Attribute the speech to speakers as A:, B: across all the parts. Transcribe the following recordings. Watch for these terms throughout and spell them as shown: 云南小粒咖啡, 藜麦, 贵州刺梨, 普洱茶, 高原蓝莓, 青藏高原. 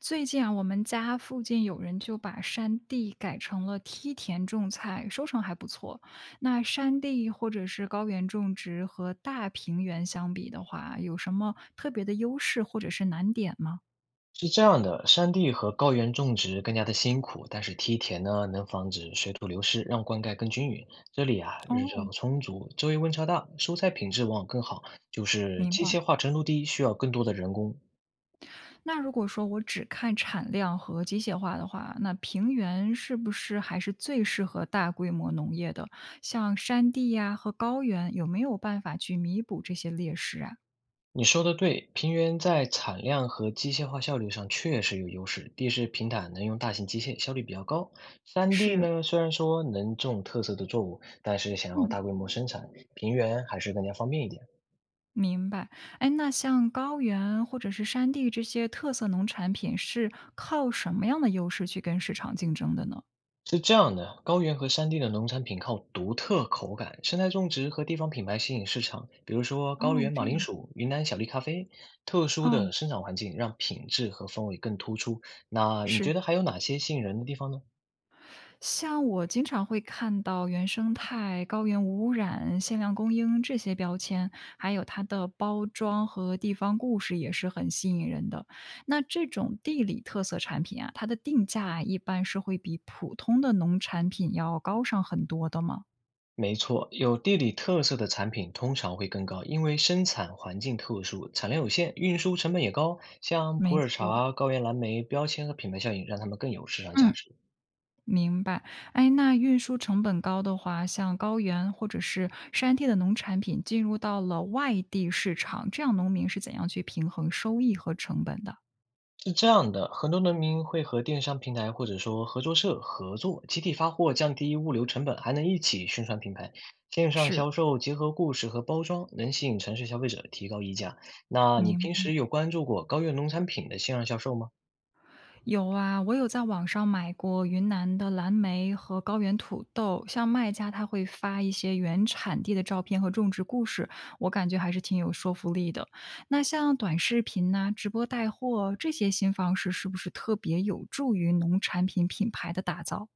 A: 最近啊，我们家附近有人就把山地改成了梯田种菜，收成还不错。那山地或者是高原种植和大平原相比的话，有什么特别的优势或者是难点吗？
B: 是这样的，山地和高原种植更加的辛苦，但是梯田呢能防止水土流失，让灌溉更均匀。这里啊，日照
A: 哦，
B: 充足，昼夜温差大，蔬菜品质往往更好。就是
A: 明
B: 机
A: 白。
B: 械化程度低，需要更多的人工。
A: 那如果说我只看产量和机械化的话，那平原是不是还是最适合大规模农业的？像山地呀、和高原，有没有办法去弥补这些劣势啊？
B: 你说的对，平原在产量和机械化效率上确实有优势，地势平坦，能用大型机械，效率比较高。山地
A: 是，
B: 呢，虽然说能种特色的作物，但是想要大规模生产，平原还是更加方便一点。
A: 明白，哎，那像高原或者是山地这些特色农产品，是靠什么样的优势去跟市场竞争的呢？
B: 是这样的，高原和山地的农产品靠独特口感、生态种植和地方品牌吸引市场。比如说，高
A: 哦，
B: 原
A: 这
B: 马铃
A: 样，
B: 薯、云南小粒咖啡，特殊
A: 哦，
B: 的生长环境让品质和风味更突出。那你
A: 是，
B: 觉得还有哪些吸引人的地方呢？
A: 像我经常会看到原生态、高原无污染、限量供应这些标签，还有它的包装和地方故事也是很吸引人的。那这种地理特色产品啊，它的定价一般是会比普通的农产品要高上很多的吗？
B: 没错，有地理特色的产品通常会更高，因为生产环境特殊，产量有限，运输成本也高。像普
A: 没
B: 洱
A: 错，
B: 茶、高原蓝莓，标签和品牌效应让它们更有市场价
A: 嗯。
B: 值。
A: 明白，哎，那运输成本高的话，像高原或者是山地的农产品进入到了外地市场，这样农民是怎样去平衡收益和成本的？
B: 是这样的，很多农民会和电商平台或者说合作社合作，集体发货，降低物流成本，还能一起宣传品牌。线上
A: 是，
B: 销售结合故事和包装，能吸引城市消费者，提高溢价。那你
A: 明
B: 平
A: 白。
B: 时有关注过高原农产品的线上销售吗？
A: 有啊，我有在网上买过云南的蓝莓和高原土豆，像卖家他会发一些原产地的照片和种植故事，我感觉还是挺有说服力的。那像短视频呐、直播带货这些新方式，是不是特别有助于农产品品牌的打造？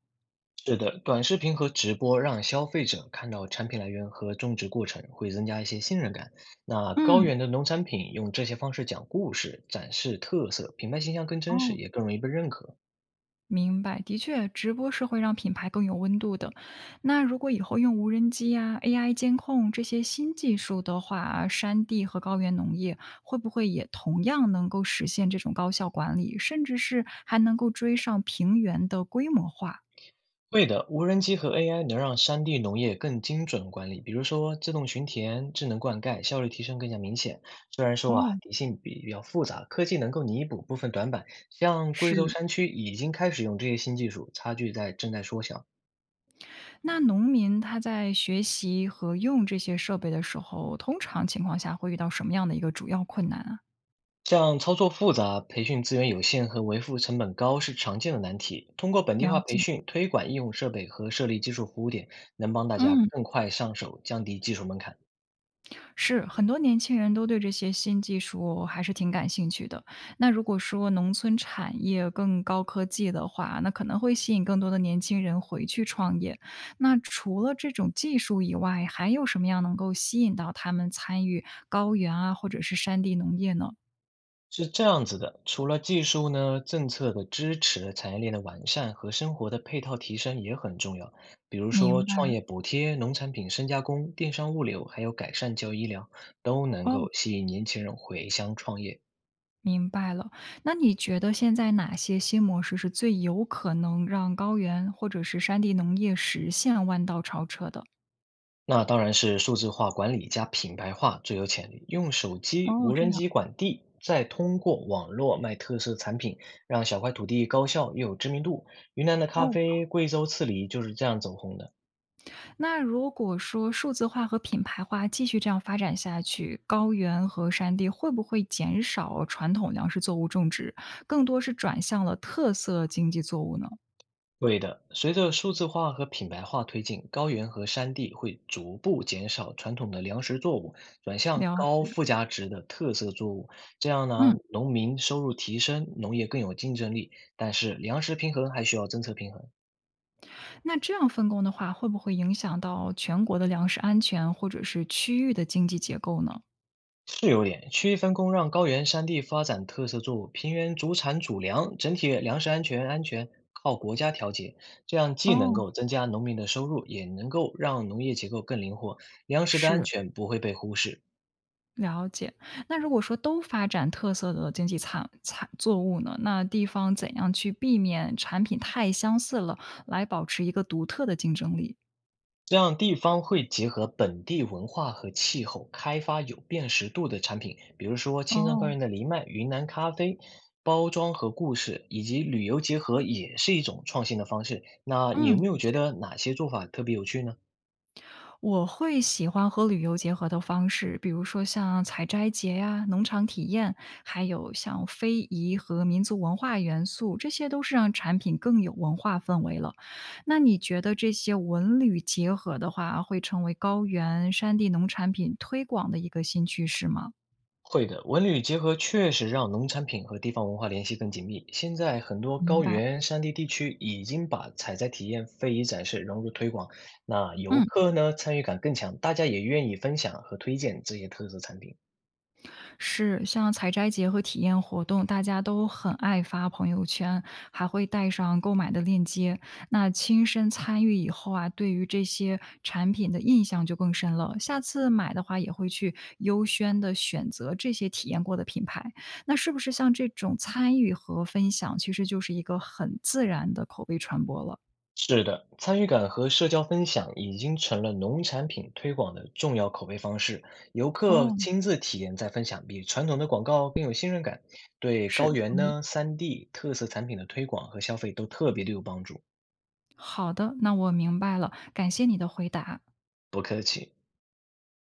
B: 是的，短视频和直播让消费者看到产品来源和种植过程，会增加一些信任感。那高
A: 嗯，
B: 原的农产品用这些方式讲故事，展示特色，品牌形象更真实，
A: 哦，
B: 也更容易被认可。
A: 明白。的确，直播是会让品牌更有温度的。那如果以后用无人机呀、AI 监控这些新技术的话，山地和高原农业会不会也同样能够实现这种高效管理，甚至是还能够追上平原的规模化？
B: 会的，无人机和 AI 能让山地农业更精准管理，比如说自动巡田、智能灌溉，效率提升更加明显。虽然说啊，
A: 哦，
B: 底性比比较复杂，科技能够弥补部分短板。像
A: 是。
B: 贵州山区已经开始用这些新技术，差距在正在缩小。
A: 那农民他在学习和用这些设备的时候，通常情况下会遇到什么样的一个主要困难啊？
B: 像操作复杂、培训资源有限和维护成本高是常见的难题。通过本地
A: 了
B: 化培
A: 解。
B: 训、推广应用设备和设立技术服务点，能帮大家
A: 嗯。
B: 更快上手，降低技术门槛。
A: 是，很多年轻人都对这些新技术还是挺感兴趣的。那如果说农村产业更高科技的话，那可能会吸引更多的年轻人回去创业。那除了这种技术以外，还有什么样能够吸引到他们参与高原啊，或者是山地农业呢？
B: 是这样子的，除了技术呢，政策的支持、产业链的完善和生活的配套提升也很重要。比如
A: 明
B: 说，
A: 白，
B: 创业补贴、农产品深加工、电商物流，还有改善教育医疗，都能
A: 哦，
B: 够吸引年轻人回乡创业。
A: 明白了。那你觉得现在哪些新模式是最有可能让高原或者是山地农业实现弯道超车的？
B: 那当然是数字化管理加品牌化最有潜力，用手机、
A: 哦，
B: 无
A: 这
B: 人
A: 样，
B: 机管地，再通过网络卖特色产品，让小块土地高效又有知名度。云南的咖
A: 哦。
B: 啡、贵州刺梨就是这样走红的。
A: 那如果说数字化和品牌化继续这样发展下去，高原和山地会不会减少传统粮食作物种植，更多是转向了特色经济作物呢？
B: 对的，随着数字化和品牌化推进，高原和山地会逐步减少传统的粮食作物，转向
A: 了
B: 高
A: 解，
B: 附加值的特色作物。这样呢，
A: 嗯，
B: 农民收入提升，农业更有竞争力。但是粮食平衡还需要政策平衡，
A: 那这样分工的话，会不会影响到全国的粮食安全或者是区域的经济结构呢？
B: 是有点区域分工，让高原山地发展特色作物，平原主产主粮，整体粮食安全靠国家调节。这样既能
A: 哦，
B: 够增加农民的收入，也能够让农业结构更灵活，粮食的安
A: 是。
B: 全不会被忽视。
A: 了解。那如果说都发展特色的经济产产作物呢，那地方怎样去避免产品太相似了，来保持一个独特的竞争力？
B: 这样地方会结合本地文化和气候，开发有辨识度的产品，比如说青藏高
A: 哦。
B: 原的藜麦、云南咖啡，包装和故事以及旅游结合也是一种创新的方式。那你
A: 嗯，
B: 有没有
A: 的
B: 觉
A: 确。
B: 得哪些做法特别有趣呢？
A: 我会喜欢和旅游结合的方式，比如说像采摘节呀、农场体验，还有像非遗和民族文化元素，这些都是让产品更有文化氛围了。那你觉得这些文旅结合的话，会成为高原山地农产品推广的一个新趋势吗？
B: 会的，文旅结合确实让农产品和地方文化联系更紧密。现在很多
A: 明
B: 高
A: 白，
B: 原山地地区已经把采摘体验、非遗展示融入推广，那游
A: 嗯。
B: 客呢参与感更强，大家也愿意分享和推荐这些特色产品。
A: 是，像采摘节和体验活动，大家都很爱发朋友圈，还会带上购买的链接。那亲身参与以后啊，对于这些产品的印象就更深了。下次买的话，也会去优先的选择这些体验过的品牌。那是不是像这种参与和分享，其实就是一个很自然的口碑传播了？
B: 是的，参与感和社交分享已经成了农产品推广的重要口碑方式。游客
A: 哦，
B: 亲自体验再分享，比传统的广告更有信任感，对
A: 是，
B: 高原
A: 同意。
B: 呢、三 d 特色产品的推广和消费都特别的有帮助。
A: 好的，那我明白了，感谢你的回答。
B: 不客气。